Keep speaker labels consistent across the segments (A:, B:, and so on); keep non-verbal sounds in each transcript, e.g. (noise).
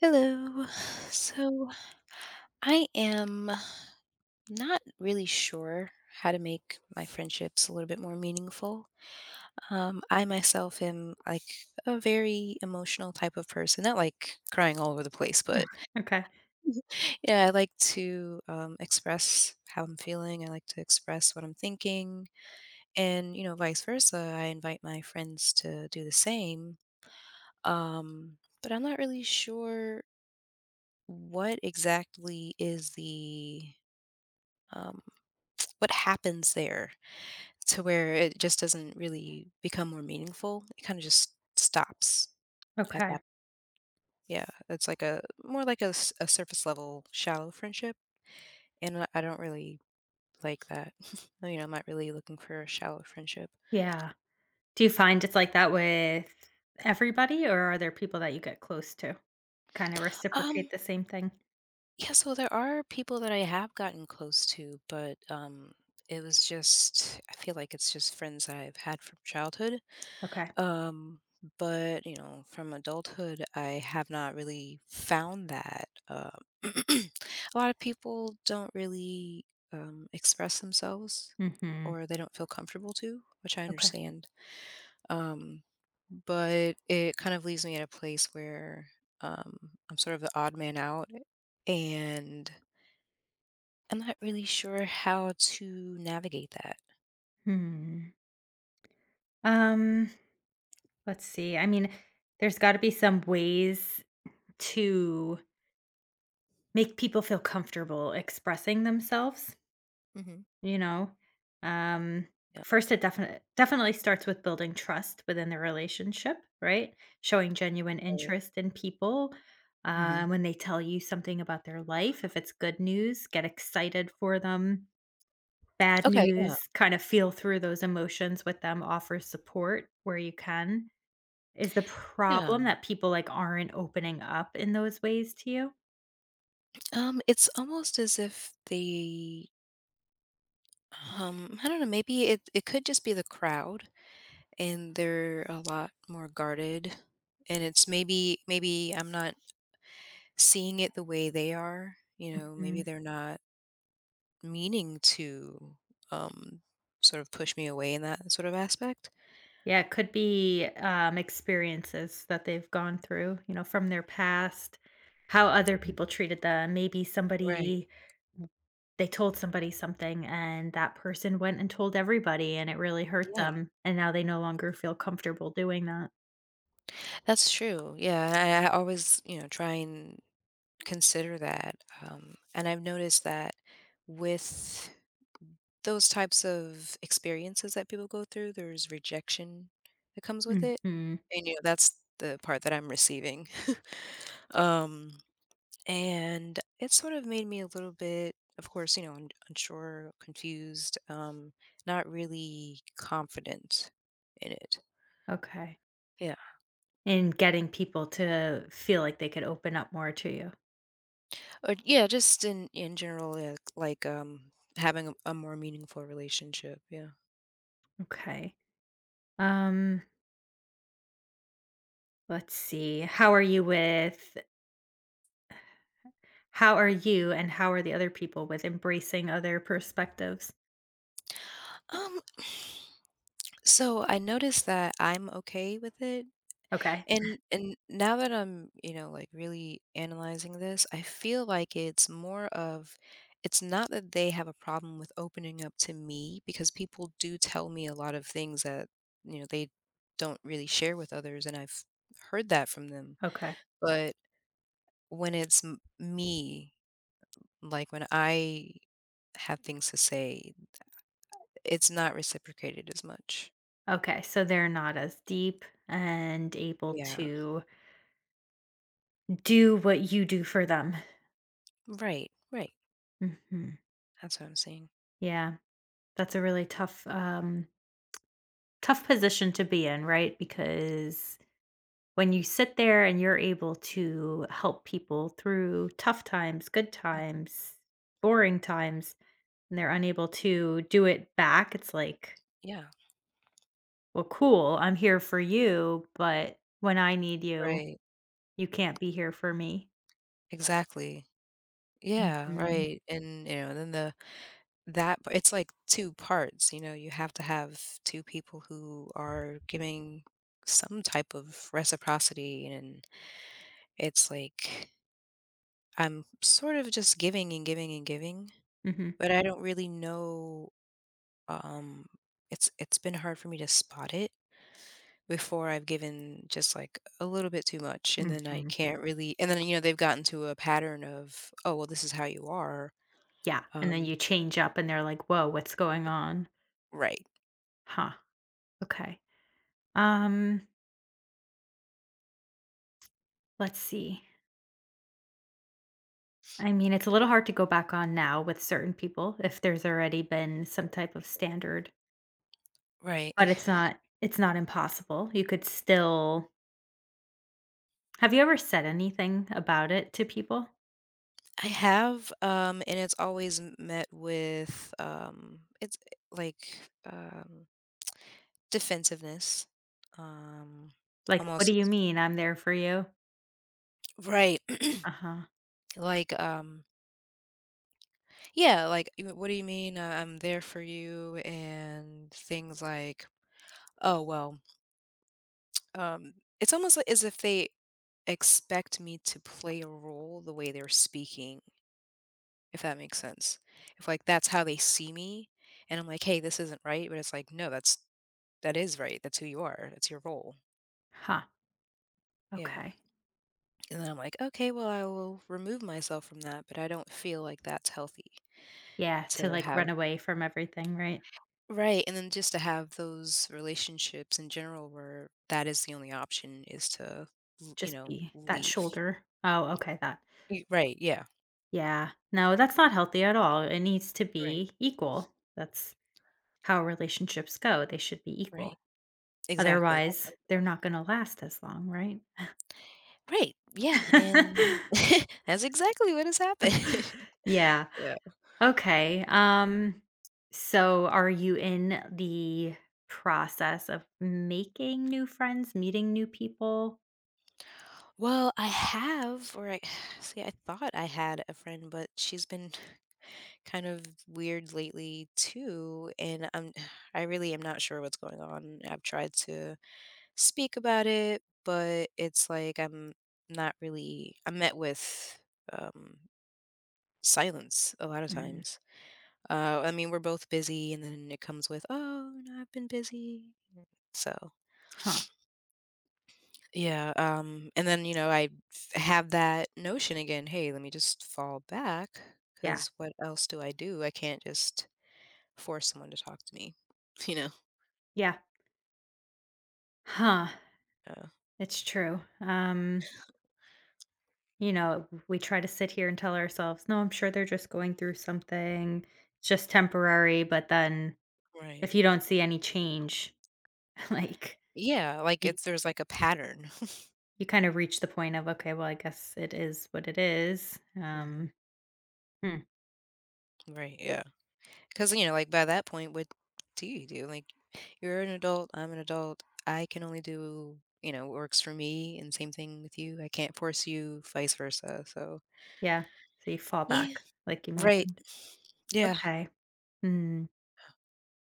A: Hello. So I am not really sure how to make my friendships a little bit more meaningful. I myself am like a very emotional type of person, not like crying all over the place, but
B: Okay.
A: Mhm. Yeah, I like to express how I'm feeling. I like to express what I'm thinking, and vice versa. I invite my friends to do the same. But I'm not really sure. What exactly is the um, (tsk) what happens there, to where it just doesn't really become more meaningful? It kind of just stops at
B: Okay.
A: that. Yeah, it's like a, more like a surface level shallow friendship, and I don't really like that. (laughs) I'm not really looking for a shallow friendship.
B: Yeah. Do you find it's like that with everybody, or are there people that you get close to kind of reciprocate
A: Um,
B: the same thing?
A: yeah, so there are people that I have gotten close to, but it was just, I feel like it's just friends that I've had from childhood.
B: Okay.
A: Um, but from adulthood, I have not really found that. (clears throat) A lot of people don't really express themselves,
B: Hmm.
A: or they don't feel comfortable to, which I
B: Okay.
A: understand. Um, but it kind of leaves me at a place where, um, I'm sort of the odd man out, and I'm not really sure how to navigate that.
B: Hmm. Um. Let's see. I mean, there's got to be some ways to make people feel comfortable expressing themselves.
A: Mhm.
B: You know? Um,
A: Yeah.
B: First it definitely starts with building trust within the relationship, right? Showing genuine
A: Right.
B: interest in people.
A: Mhm.
B: When they tell you something about their life, if it's good news, get excited for them. Bad
A: Okay, yeah,
B: news, kind of feel through those emotions with them, offer support where you can. Is the problem
A: yeah.
B: that people like aren't opening up in those ways to you?
A: It's almost as if they, I don't know, maybe it could just be the crowd, and they're a lot more guarded, and it's maybe I'm not seeing it the way they are, you know, maybe
B: Mhm.
A: they're not meaning to um sort of push me away in that sort of aspect.
B: Yeah, it could be, experiences that they've gone through, you know, from their past, how other
A: Mm.
B: people treated them. Maybe
A: Right.
B: somebody they told somebody something, and that person went and told everybody, and it really hurt
A: Yeah.
B: them, and now they no longer feel comfortable doing that.
A: That's true. Yeah, and I always, try and consider that. And I've noticed that with those types of experiences that people go through, there's rejection that comes with it.
B: Mhm.
A: That's the part that I'm receiving. (laughs) um and it sort of made me a little bit, of course, unsure, confused, not really confident in it.
B: Okay.
A: Yeah.
B: And getting people to feel like they could open up more to you.
A: Or yeah, just in general. Yeah, like, having a more meaningful relationship. Yeah.
B: Okay. Um, let's see. How are you with? How are you and how are the other people with embracing other perspectives?
A: um (sighs) so I noticed that I'm okay with it.
B: Okay.
A: And now that I'm, like, really analyzing this, I feel like it's more of it's not that they have a problem with opening up to me, because people do tell me a lot of things that, they don't really share with others, and I've heard that from them.
B: Okay.
A: But when it's me, like, when I have things to say, it's not reciprocated as much.
B: Okay. So they're not as deep and able
A: Yeah.
B: to do what you do for them.
A: Right. Right.
B: Mhm.
A: That's what I'm saying.
B: Yeah. That's a really tough tough position to be in, right? Because when you sit there and you're able to help people through tough times, good
A: Hmm.
B: times, boring times, and they're unable to do it back, it's like,
A: Yeah.
B: well, cool, I'm here for you, but when I need you,
A: Right.
B: you can't be here for me.
A: Exactly. Yeah,
B: Mhm,
A: right, and, you know, then the that p it's like 2 parts, you have to have 2 people who are giving some type of reciprocity, and it's like, I'm sort of just giving and giving and giving,
B: mhm,
A: but I don't really know, um it's been hard for me to spot it before I've given just, like, a little bit too much, and then I
B: mhm,
A: can't really. And then, they've gotten to a pattern of, "Oh, well, this is how you are."
B: yeah, and then
A: Um
B: you change up and they're like, "Whoa, what's going on?"
A: Right,
B: Huh, okay. Um, let's see. I mean, it's a little hard to go back on now with certain people if there's already been some type of standard,
A: right.
B: but it's
A: (laughs)
B: not it's not impossible. You could still. Have you ever said anything about it to people?
A: I have, and it's always met with, like, um, defensiveness, um,
B: Like, "What do
A: almost.
B: you mean I'm there for you?"
A: Right.
B: Uh-huh.
A: (clears throat) Like, yeah, like, What do you mean? I'm there for you," and things like, oh well, um, it's almost like as if they expect me to play a role the way they're speaking, if that makes sense. If like, that's how they see me, and I'm like, hey, this isn't right, but it's like, no, that is right. That's who you are. That's your role.
B: Huh.
A: Yeah.
B: Okay.
A: And then I'm like, okay, well, I will remove myself from that, but I don't feel like that's healthy
B: Yeah, to,
A: to
B: like, run
A: have.
B: away from everything, right?
A: Right. And then, just to have those relationships in general where that is the only option, is to, you
B: Just
A: know,
B: be that
A: leave.
B: shoulder. Oh, okay, that
A: Right. Yeah.
B: yeah. No, that's not healthy at all. It needs to
A: Right.
B: be equal. That's how relationships go. They should be equal.
A: Right. Exactly. That's
B: Otherwise,
A: how I
B: they're
A: feel.
B: not gonna last as long, right?
A: Right. Yeah. And
B: (laughs)
A: (laughs) that's exactly what has happened.
B: Yeah.
A: (laughs) Yeah.
B: Okay, so are you in the process of making new friends, meeting new people?
A: Well, I have, or, I (sighs) see, I thought I had a friend, but she's been kind of weird lately too. And I'm (sighs) I really am not sure what's going on. I've tried to speak about it, but it's like, I'm not really, I'm met with um silence a lot of
B: Mm.
A: times. I mean, we're both busy, and then it comes with, oh no, I've been busy, so
B: Huh.
A: yeah. And then, I have that notion again, hey, let me just fall back,
B: Yeah.
A: because what else do I do? I can't just force someone to talk to me, (laughs) you know?
B: Yeah. Huh.
A: Yeah.
B: It's true. You know, we try to sit here and tell ourselves, no, I'm sure they're just going through something, it's just temporary. But then
A: Right.
B: if you don't see any change, (laughs) like
A: Yeah, like,
B: you,
A: it's there's, like, a pattern. (laughs)
B: you kind of reach the point of, okay, well, I guess it is what it is.
A: Mhm.
B: Hmm,
A: Right. Yeah. Because like, by that point, what do you do? Like, you're an adult, I'm an adult, I can only do, what works for me, and same thing with you, I can't force you, vice versa, so.
B: yeah. So you fall
A: Yeah,
B: back, like you
A: right.
B: mentioned.
A: Yeah.
B: Okay. Hmm.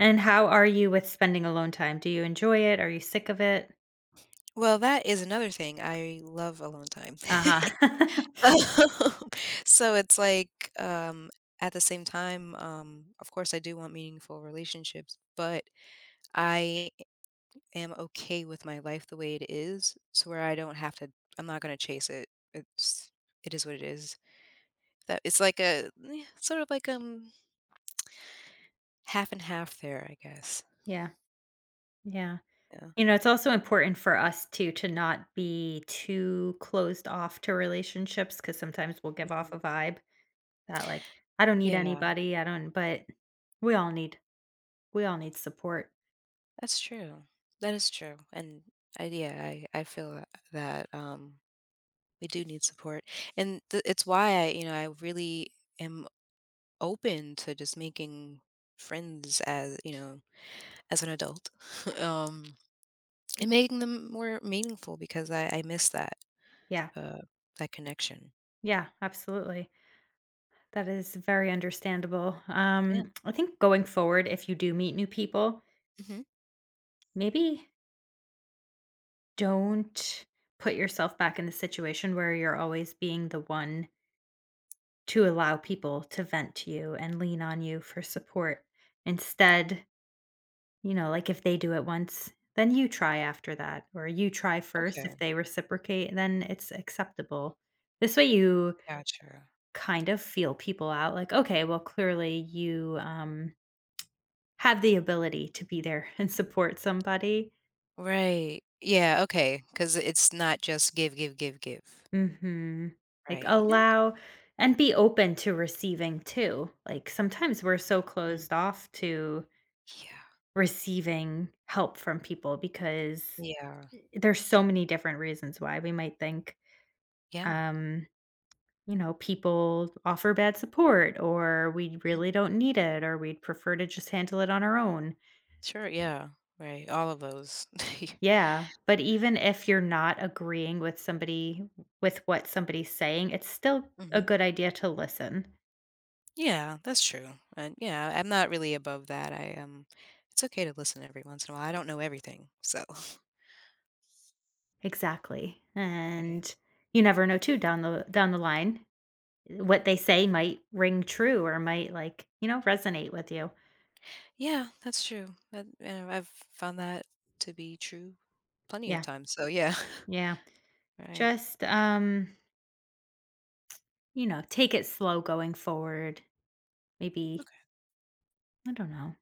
B: And how are you with spending alone time? Do you enjoy it? Are you sick of it?
A: Well, that is another thing, I love alone time. (laughs)
B: Uh huh.
A: (laughs) So it's like, at the same time, of course, I do want meaningful relationships, but I am okay with my life the way it is, so where, I don't have to I'm not gonna chase it. It's it is what it is. That, it's like sort of like, half and half there, I guess.
B: (laughs) Yeah. Yeah.
A: Yeah.
B: You know, it's also important for us too to not be too closed off to relationships because sometimes we'll give off
A: Mhm.
B: a vibe that like, "I don't need
A: Yeah,
B: anybody, I don't," but we all need we all need support.
A: that's true. That is true, and I yeah, I feel that, we do need support, and th it's why I really am open to just making friends, as you know, as an adult, (laughs) um, and making them more meaningful, because I miss
B: Yeah.
A: uh, that connection.
B: Yeah, absolutely. That is very understandable.
A: Yeah.
B: I think going forward, if you do meet new people,
A: Mhm.
B: maybe don't put yourself back in the situation where you're always being the one to allow people to vent to you and lean on you for support. Instead, you know, like if they do it once, then you try after that, or you try first. If
A: Okay,
B: they reciprocate, then it's acceptable. This way, you
A: gotcha.
B: kind of feel people out like, okay, well, clearly you have the ability to be there (laughs) and support somebody.
A: Right. Yeah, okay. Because it's not just give, give, give, give.
B: Hmm. Like,
A: Right. Okay.
B: allow and be open to receiving too. Like, sometimes we're so closed off to
A: Yeah.
B: receiving help from people because
A: Yeah.
B: there's so many different reasons why we might think
A: Yeah.
B: um You know, people offer bad support, or we
A: Mm.
B: really don't need it, or we'd prefer to just handle it on our own.
A: Sure, yeah. Right, all of those. (laughs)
B: Yeah. But even if you're not agreeing with somebody, with what somebody's saying, it's still a
A: Mhm.
B: good idea to listen.
A: Yeah, that's true, and yeah, I'm not really above that, I, it's okay to listen every once in a while, I don't know everything, so, (laughs)
B: Exactly.
A: right.
B: And you never know too down the line, what they say might ring true or might like, you know, resonate with you.
A: Yeah, that's true, that and I've found that to be true plenty of
B: Yeah.
A: times, so yeah. (laughs)
B: Yeah.
A: Right.
B: Just you know, take it slow going forward. Maybe,
A: Okay,
B: I don't know.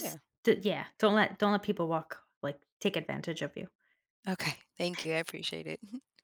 A: yeah.
B: d yeah, don't let people walk like, take advantage of you.
A: Okay, thank you, I appreciate it. (laughs)